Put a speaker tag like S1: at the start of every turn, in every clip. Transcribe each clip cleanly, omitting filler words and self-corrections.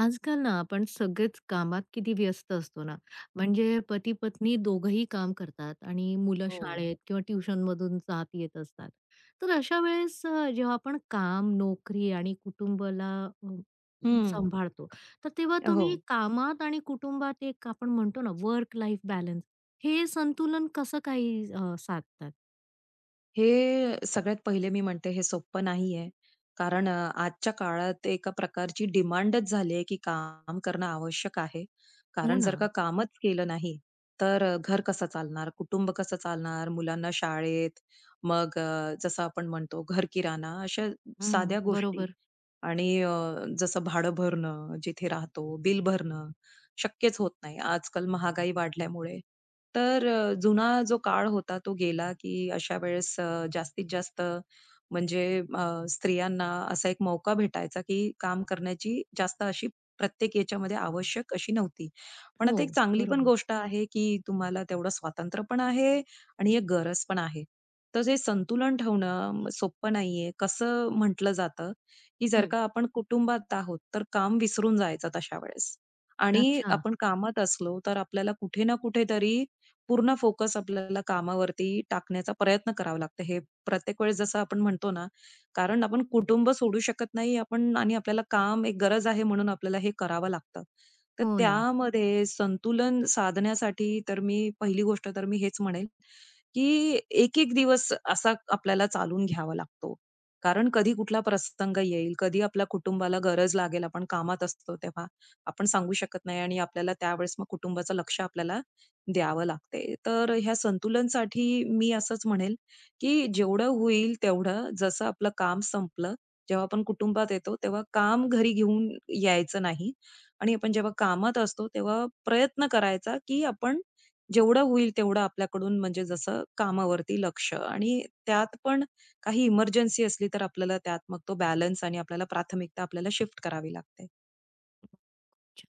S1: आजकाल ना आपण सगळेच कामात किती व्यस्त असतो ना, म्हणजे पती-पत्नी दोघंही काम करतात आणि मुलं
S2: हो.
S1: शाळेत किंवा ट्युशनमधून जात येत असतात. तर अशा वेळेस जेव्हा आपण काम, नोकरी आणि कुटुंबाला अ,
S2: हं.
S1: सांभाळतो, तर तेव्हा
S2: हो.
S1: तुम्ही कामात आणि कुटुंबात एक आपण म्हणतो ना वर्क लाईफ बॅलन्स, हे संतुलन कसं काही साधतात?
S2: हे सगळ्यात पहिले मी म्हणते हे सोपं नाहीये. कारण आजच्या काळात एका प्रकारची डिमांडच झाली आहे, की काम करणं आवश्यक आहे.
S1: हो
S2: कारण
S1: ना.
S2: जर का कामच केलं नाही, तर घर कसं चालणार? कुटुंब कसं चालणार? मुलांना शाळेत, मग जसं आपण म्हणतो घर किराणा, अशा
S1: हं.
S2: साध्या गोष्टी
S1: बरोबर.
S2: आणि जसं भाडं भरणं, जिथे राहतो, बिल भरणं शक्यच होत नाही. आजकाल महागाई वाढल्यामुळे. तर जुना जो काळ होता तो गेला, की अशा वेळेस जास्तीत जास्त म्हणजे अ, स्त्रियांना असा एक मौका भेटायचा, की काम करण्याची जास्त अशी प्रत्येक याच्यामध्ये आवश्यक अशी नव्हती. पण
S1: हो,
S2: आता एक चांगली पण
S1: बरोबर.
S2: गोष्ट आहे, की तुम्हाला तेवढं स्वातंत्र्य पण आहे आणि एक गरज पण आहे. तर हे संतुलन ठेवणं सोपं नाहीये. कसं म्हटलं जातं की जर
S1: हं.
S2: का आपण कुटुंबात आहोत, तर काम विसरून जायचं तशा वेळेस. आणि
S1: अच्छा.
S2: आपण कामात असलो, तर आपल्याला कुठे ना कुठेतरी पूर्ण फोकस आपल्याला कामावरती टाकण्याचा प्रयत्न करावा लागतो. हे प्रत्येक वेळेस जसं आपण म्हणतो ना, कारण आपण कुटुंब सोडू शकत नाही आपण आणि आपल्याला काम एक गरज आहे म्हणून आपल्याला हे करावं लागतं. तर
S1: हो ना.
S2: त्यामध्ये संतुलन साधण्यासाठी तर मी पहिली गोष्ट तर मी हेच म्हणेल, की एक-एक दिवस असा आपल्याला चालून घ्यावा लागतो. कारण कधी कुठला प्रसंग येईल, कधी आपल्या कुटुंबाला गरज लागेल, आपण कामात असतो तेव्हा. आपण सांगू शकत नाही आणि आपल्याला त्यावेळेस मग कुटुंबाचं लक्ष आपल्याला द्यावं लागते. तर ह्या संतुलनसाठी मी असंच म्हणेल, की जेवढं होईल तेवढं जसं आपलं काम संपलं, जेव्हा आपण कुटुंबात येतो तेव्हा काम घरी घेऊन यायचं नाही आणि आपण जेव्हा कामात असतो तेव्हा प्रयत्न करायचा, की आपण जेवढं होईल तेवढं आपल्याकडून म्हणजे जसं कामावरती लक्ष आणि त्यात पण काही इमर्जन्सी असली तर आपल्याला त्यात मग तो बॅलन्स आणि आपल्याला प्राथमिकता आपल्याला शिफ्ट करावी लागते.
S1: अच्छा.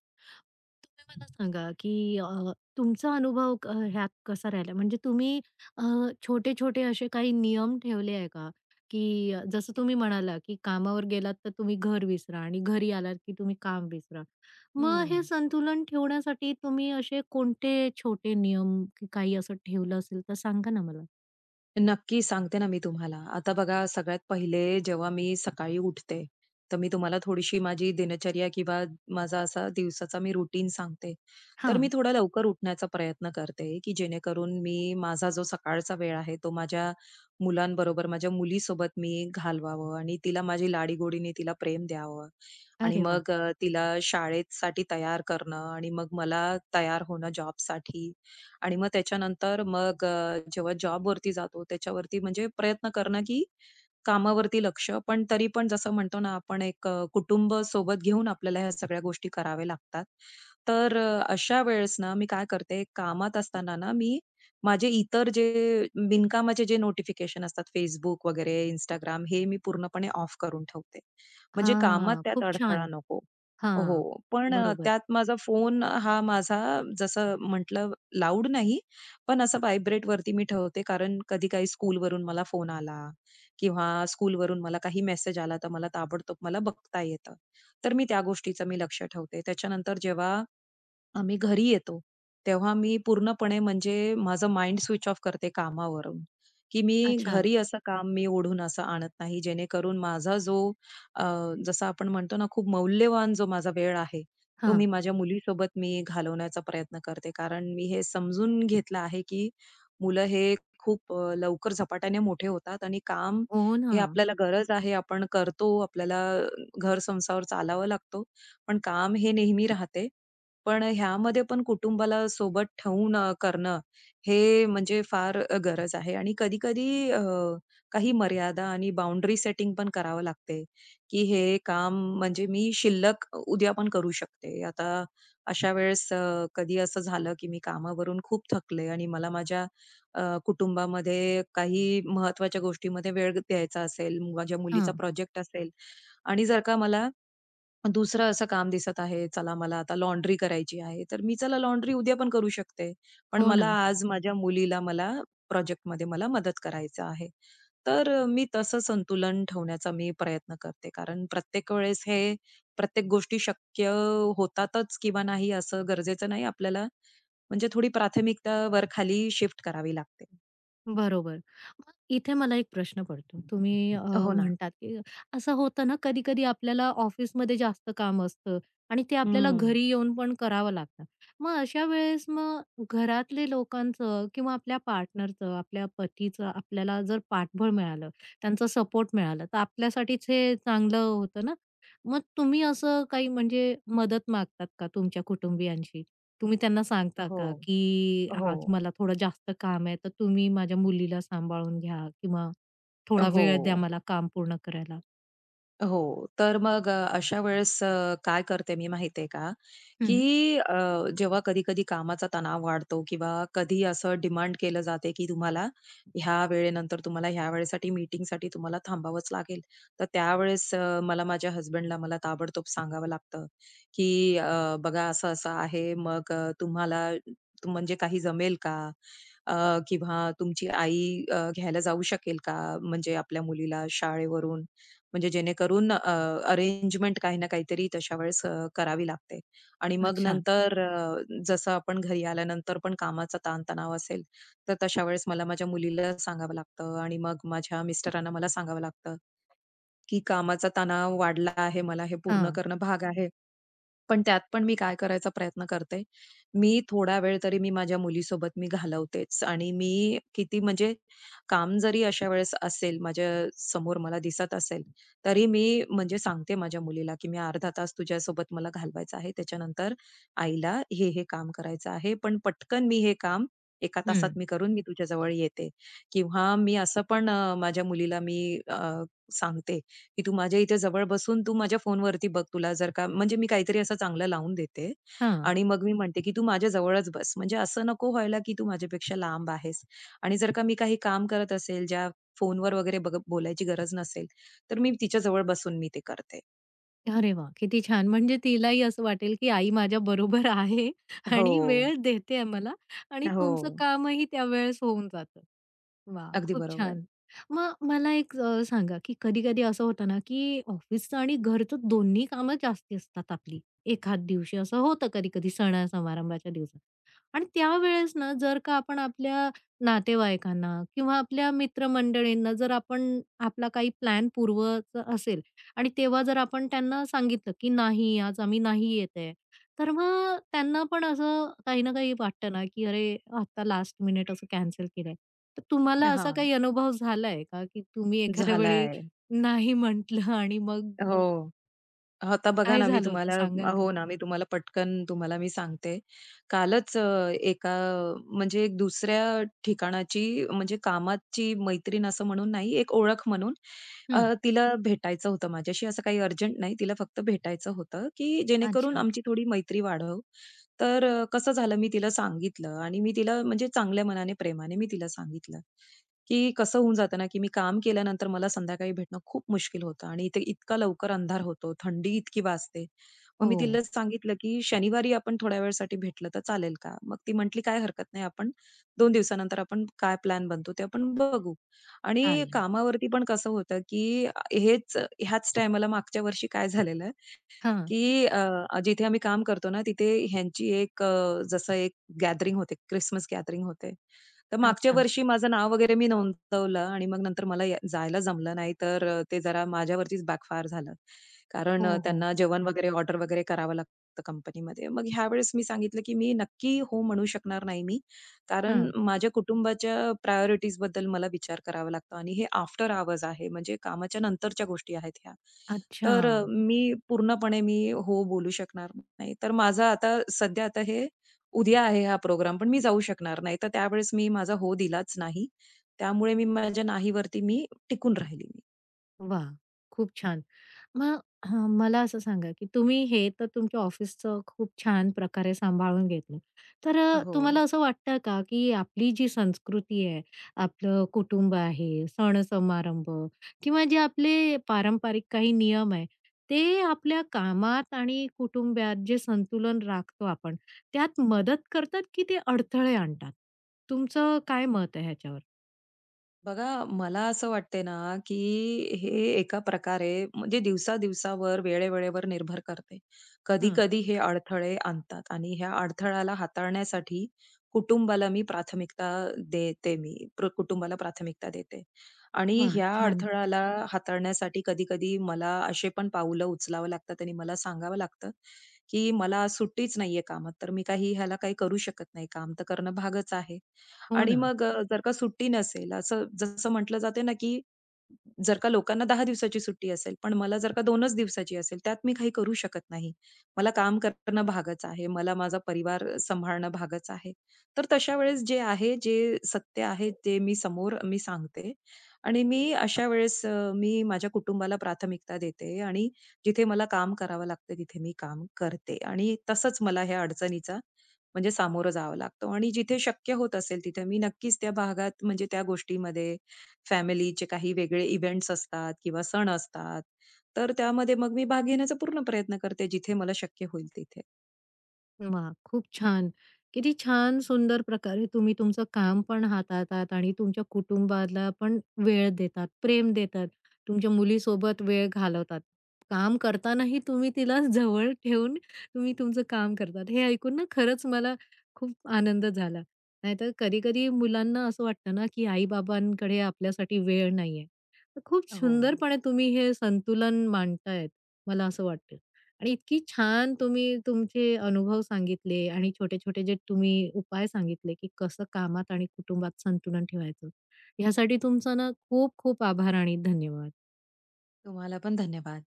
S1: तुम्ही मला सांगा, की तुमचा अनुभव ह्यात कसा राहिला? म्हणजे तुम्ही अ, छोटे-छोटे असे काही नियम ठेवले आहे का? की जसं तुम्ही म्हणाला, की कामावर गेलात तर तुम्ही घर विसरा आणि घरी आलात की तुम्ही काम विसरा. मग हे
S2: हं.
S1: संतुलन ठेवण्यासाठी तुम्ही असे कोणते छोटे नियम की काही असं ठेवलं असेल तर सांगा ना मला?
S2: नक्की सांगते ना मी तुम्हाला. आता बघा सगळ्यात पहिले जेव्हा मी सकाळी उठते, तर मी तुम्हाला थोडीशी माझी दिनचर्या किंवा माझा असा दिवसाचा मी रुटीन सांगते. तर मी
S1: हां.
S2: थोडा लवकर उठण्याचा प्रयत्न करते, की जेणेकरून मी माझा जो सकाळचा वेळ आहे, तो माझ्या मुलांबरोबर, माझ्या मुलीसोबत मी घालवावं आणि तिला माझी लाडीगोडीने तिला प्रेम द्यावं. आणि
S1: अरे वाह!
S2: मग तिला शाळेसाठी तयार करणं आणि मग मला तयार होणं जॉबसाठी. आणि मग त्याच्यानंतर मग जेव्हा जॉबवरती जातो त्याच्यावरती म्हणजे प्रयत्न करणं, की कामावरती लक्ष, पण तरी पण जसं म्हणतो ना आपण एक कुटुंब सोबत घेऊन आपल्याला ह्या सगळ्या गोष्टी कराव्या लागतात. तर अशा वेळेस ना मी काय करते, कामात असताना ना मी माझे इतर जे बिनकामाचे जे नोटिफिकेशन असतात Facebook वगैरे, Instagram हे मी पूर्णपणे ऑफ करून ठेवते. म्हणजे कामात
S1: हां.
S2: त्यात
S1: खूप
S2: अडथळा
S1: छान.
S2: नको. हो.
S1: हां.
S2: पण
S1: बरोबर.
S2: त्यात माझा फोन हा माझा जसं म्हटलं लाऊड नाही, पण असं व्हायब्रेटवरती मी ठेवते. कारण कधी काही स्कूलवरून मला फोन आला किंवा स्कूलवरून मला काही मेसेज आला, तर मला ताबडतोब मला बघता येतं. तर मी त्या गोष्टीचं मी लक्ष ठेवते. त्याच्यानंतर जेव्हा आम्ही घरी येतो, तेव्हा मी पूर्णपणे म्हणजे माझं माइंड स्विच ऑफ करते कामावरून, की मी
S1: अच्छा.
S2: घरी असं काम मी ओढून असं आणत नाही, जेणेकरून माझा जो अ, जसं आपण म्हणतो ना, खूप मौल्यवान जो माझा वेळ आहे, तो
S1: हां.
S2: मी माझ्या मुलीसोबत मी घालवण्याचा प्रयत्न करते. कारण मी हे समजून घेतलं आहे, की मुलं हे खूप लवकर झपाट्याने मोठे होतात आणि काम
S1: हो ना.
S2: हे आपल्याला गरज आहे, आपण करतो, आपल्याला घर संसार चालावा लागतो. पण काम हे नेहमी राहते पण ह्यामध्ये पण कुटुंबाला सोबत ठेवून करणं हे म्हणजे फार गरज आहे आणि कधी-कधी काही मर्यादा आणि बाउंडरी सेटिंग पण करावं लागते, की हे काम म्हणजे मी शिल्लक उद्या पण करू शकते. आता अशा वेळेस कधी असं झालं, की मी कामावरून खूप थकले आणि मला माझ्या कुटुंबामध्ये काही महत्त्वाच्या गोष्टीमध्ये वेळ द्यायचा असेल, माझ्या मुलीचा
S1: हां.
S2: प्रोजेक्ट असेल आणि जर का मला मग दुसरं असं काम दिसत आहे, चला मला आता लॉन्ड्री करायची आहे, तर मी चला लॉन्ड्री उद्या पण करू शकते. पण
S1: हो
S2: मला
S1: ना.
S2: आज माझ्या मुलीला मला प्रोजेक्ट प्रोजेक्टमध्ये मला मदत करायचं आहे. तर मी तसं संतुलन ठेवण्याचा मी प्रयत्न करते. कारण प्रत्येक वेळेस हे प्रत्येक गोष्टी शक्य होतातच किंवा नाही असं गरजेचं नाही. आपल्याला म्हणजे थोडी प्राथमिकतावर खाली शिफ्ट करावी लागते.
S1: बरोबर. मग इथे मला एक प्रश्न पडतो. तुम्ही
S2: हो ना.
S1: म्हणतात, की असं होतं ना कधी-कधी आपल्याला ऑफिसमध्ये जास्त काम असतं आणि ते आपल्याला
S2: हं.
S1: घरी येऊन पण करावं लागतं. मग अशा वेळेस मग घरातले लोकांचं किंवा आपल्या पार्टनरचं, आपल्या पतीचं आपल्याला जर पाठबळ मिळालं, त्यांचा सपोर्ट मिळाला, तर आपल्यासाठीच हे चांगलं होतं ना? मग तुम्ही असं काही म्हणजे मदत मागतात का तुमच्या कुटुंबियांशी? तुम्ही त्यांना सांगता
S2: हो.
S1: का, की
S2: हो.
S1: आज मला थोडं जास्त काम आहे, तर तुम्ही माझ्या मुलीला सांभाळून घ्या किंवा थोडा
S2: हो.
S1: वेळ द्या मला काम पूर्ण करायला?
S2: हो. तर मग अशा वेळेस काय करते मी माहिती का, की
S1: हं.
S2: जेव्हा कधी-कधी कामाचा तणाव वाढतो किंवा कधी असं डिमांड केलं जाते, की तुम्हाला ह्या वेळेनंतर तुम्हाला ह्या वेळेसाठी मीटिंगसाठी तुम्हाला थांबावंच लागेल. तर त्यावेळेस मला माझ्या हसबँडला मला ताबडतोब सांगावं लागतं, की बघा असं-असं आहे. मग तुम्हाला म्हणजे काही जमेल का? अ, किंवा तुमची आई घ्यायला जाऊ शकेल का? म्हणजे आपल्या मुलीला शाळेवरून म्हणजे जेणेकरून अरेंजमेंट काही ना काहीतरी तशा वेळेस करावी लागते. आणि मग
S1: अच्छा.
S2: नंतर जसं आपण घरी आल्यानंतर पण कामाचा ताणतणाव असेल, तर तशा वेळेस मला माझ्या मुलीला सांगावं लागतं आणि मग माझ्या मिस्टरांना मला सांगावं लागतं, की कामाचा तणाव वाढला आहे. मला हे पूर्ण
S1: हां.
S2: करणं भाग आहे. पण त्यात पण मी काय करायचा प्रयत्न करते, मी थोडा वेळ तरी मी माझ्या मुलीसोबत मी घालवतेच आणि मी किती म्हणजे काम जरी अशा वेळेस असेल, माझ्या समोर मला दिसत असेल, तरी मी म्हणजे सांगते माझ्या मुलीला, की "मी अर्धा तास तुझ्यासोबत मला घालवायचा आहे. त्याच्यानंतर आईला हे, हे काम करायचं आहे. पण पटकन मी हे काम 1 तासात
S1: हं.
S2: मी करून मी तुझ्याजवळ येते." किंवा मी असं पण माझ्या मुलीला मी अ, सांगते, की "तू माझ्या इथे जवळ बसून तू माझ्या फोनवरती बघ तुला जर का" म्हणजे मी काहीतरी असं चांगलं लावून देते
S1: हां.
S2: आणि मग मी म्हणते की "तू माझ्या जवळच बस." म्हणजे असं नको व्हायला की "तू माझ्यापेक्षा लांब आहेस." आणि जर का मी काही काम करत असेल, ज्या फोनवर वगैरे बघ बोलायची गरज नसेल, तर मी तिच्याजवळ बसून मी ते करते.
S1: अरे वाह! किती छान. म्हणजे तिलाही असं वाटेल, की आई माझ्या बरोबर आहे
S2: हो.
S1: आणि वेळ देतेय मला आणि
S2: हो.
S1: तुमचं कामही त्यावेळेस होऊन जातं. वाह!
S2: अगदी
S1: खूप
S2: बरोबर.
S1: छान. मग मला एक सांगा, की कधी-कधी असं होतं ना, की ऑफिसचं आणि घरचं दोन्ही कामं जास्ती असतात आपली. एखाद दिवशी असं होतं कधी-कधी सणा-समारंभाच्या दिवसात. आणि त्यावेळेस ना, जर का आपण आपल्या नातेवाईकांना किंवा आपल्या मित्रमंडळींना जर आपण आपला काही प्लॅन पूर्वचा असेल आणि तेव्हा जर आपण त्यांना सांगितलं, की "नाही, आज आम्ही नाही येत आहे." तर मग त्यांना पण असं काही ना काही वाटतं ना, की "अरे, आता लास्ट मिनिट असं कॅन्सल केलंय." तर तुम्हाला असा
S2: हां.
S1: काही अनुभव झालाय का, की तुम्ही एखाद्या वेळी
S2: झालाय.
S1: नाही म्हटलं आणि मग
S2: हो. आता बघा
S1: काय
S2: ना, मी
S1: झालं होतं
S2: तुम्हाला
S1: सांगाल का?
S2: हो ना, मी तुम्हाला पटकन तुम्हाला मी सांगते. कालच एका म्हणजे एक दुसऱ्या ठिकाणाची म्हणजे कामाची मैत्रीण असं म्हणून नाही, एक ओळख म्हणून
S1: हं.
S2: तिला भेटायचं होतं माझ्याशी. असं काही अर्जंट नाही, तिला फक्त भेटायचं होतं, की जेणेकरून
S1: अच्छा.
S2: आमची थोडी मैत्री वाढव. तर कसं झालं, मी तिला सांगितलं आणि मी तिला म्हणजे चांगल्या मनाने, प्रेमाने मी तिला सांगितलं. की कसं होऊन जातं ना, की मी काम केल्यानंतर मला संध्याकाळी भेटणं खूप मुश्किल होतं आणि इथे इतका लवकर अंधार होतो, थंडी इतकी वाजते. मग मी
S1: हो,
S2: तिला सांगितलं, की "शनिवारी आपण थोड्या वेळासाठी भेटलं तर चालेल का?" मग ती म्हटली, "काही हरकत नाही. आपण 2 दिवसानंतर आपण काय प्लॅन बनतो ते आपण बघू." आणि
S1: चालेल.
S2: कामावरती पण कसं होतं, की हेच ह्याच टाईमाला मागच्या वर्षी काय झालेलं
S1: हां.
S2: की जिथे आम्ही काम करतो ना, तिथे ह्यांची एक जसं एक गॅदरिंग होते, क्रिसमस गॅदरिंग होते. तर मागच्या
S1: अच्छा.
S2: वर्षी माझं नाव वगैरे मी नोंदवलं आणि मग नंतर मला या जायला जमलं नाही, तर ते जरा माझ्यावरतीच बॅकफायर झालं. कारण
S1: हो, हो.
S2: त्यांना जेवण वगैरे ऑर्डर वगैरे करावं लागतं कंपनीमध्ये. मग ह्यावेळेस मी सांगितलं, की मी नक्की हो म्हणू शकणार नाही मी. कारण
S1: हां.
S2: माझ्या कुटुंबाच्या प्रायोरिटीज बद्दल मला विचार करावा लागतो आणि हे आफ्टर अवर्स आहे, म्हणजे कामाच्या नंतरच्या गोष्टी आहेत ह्या.
S1: अच्छा.
S2: तर मी पूर्णपणे मी हो बोलू शकणार नाही. तर माझं आता सध्या आता हे उद्या आहे हा प्रोग्राम, पण मी जाऊ शकणार नाही. तर त्यावेळेस मी माझा हो दिलाच नाही. त्यामुळे मी माझ्या नाहीवरती मी टिकून राहिली मी.
S1: वाह! खूप छान. मग मला असं सांगा, की तुम्ही हे तर तुमच्या ऑफिसचं खूप छान प्रकारे सांभाळून घेतलं. तर
S2: हो.
S1: तुम्हाला असं वाटतं का, की आपली जी संस्कृती आहे, आपलं कुटुंब आहे, सण-समारंभ किंवा जे आपले पारंपरिक काही नियम आहे, ते आपल्या कामात आणि कुटुंबात जे संतुलन राखतो आपण, त्यात मदत करतात की ते अडथळे आणतात? तुमचं काय मत आहे ह्याच्यावर?
S2: बघा, मला असं वाटते ना, की हे एका प्रकारे म्हणजे दिवसा-दिवसावर, वेळेवेळेवर निर्भर करते.
S1: हं.
S2: कधी-कधी हे अडथळे आणतात आणि ह्या अडथळ्याला हाताळण्यासाठी कुटुंबाला मी प्राथमिकता देते मी. कुटुंबाला प्राथमिकता देते. आणि
S1: वाह!
S2: ह्या
S1: छान.
S2: अडथळ्याला हाताळण्यासाठी कधी-कधी मला असे पण पाऊलं उचलावं लागतात आणि मला सांगावं लागतं, की मला आज सुट्टीच नाहीये कामात, तर मी काही ह्याला काही करू शकत नाही. काम तर करणं भागच आहे.
S1: हो
S2: आणि
S1: ना.
S2: मग जर का सुट्टी नसेल, असं जसं म्हटलं जाते ना, की जर का लोकांना 10 दिवसाची सुट्टी असेल, पण मला जर का 2च दिवसाची असेल, त्यात मी काही करू शकत नाही. मला काम करणं भागच आहे. मला माझा परिवार सांभाळणं भागच आहे. तर तशा वेळेस जे आहे, जे सत्य आहे, ते मी समोर मी सांगते आणि मी अशा वेळेस मी माझ्या कुटुंबाला प्राथमिकता देते आणि जिथे मला काम करावं लागतं, तिथे मी काम करते आणि तसंच मला ह्या अडचणीचा म्हणजे सामोरं जावं लागतं आणि जिथे शक्य होत असेल तिथे मी नक्कीच त्या भागात म्हणजे त्या गोष्टीमध्ये फॅमिलीचे काही वेगळे इव्हेंट्स असतात किंवा सण असतात, तर त्यामध्ये मग मी भाग घेण्याचा पूर्ण प्रयत्न करते जिथे मला शक्य होईल तिथे.
S1: वाह! खूप छान. किती छान सुंदर प्रकारे तुम्ही तुमचं काम पण हाताळतात आणि तुमच्या कुटुंबाला पण वेळ देतात, प्रेम देतात. तुमच्या मुलीसोबत वेळ घालवतात. काम करतानाही तुम्ही तिला जवळ ठेवून तुम्ही तुमचं काम करतात. हे ऐकून ना खरंच मला खूप आनंद झाला. नाहीतर कधी-कधी मुलांना असं वाटतं ना, की आई-बाबांकडे आपल्यासाठी वेळ नाहीये. तर खूप
S2: हो.
S1: सुंदरपणे तुम्ही हे संतुलन मांडतायत, मला असं वाटतं. आणि इतकी छान तुम्ही तुमचे अनुभव सांगितले आणि छोटे-छोटे जे तुम्ही उपाय सांगितले, की कसं कामात आणि कुटुंबात संतुलन ठेवायचं. ह्यासाठी तुमचा ना खूप-खूप आभार आणि धन्यवाद.
S2: तुम्हाला पण धन्यवाद.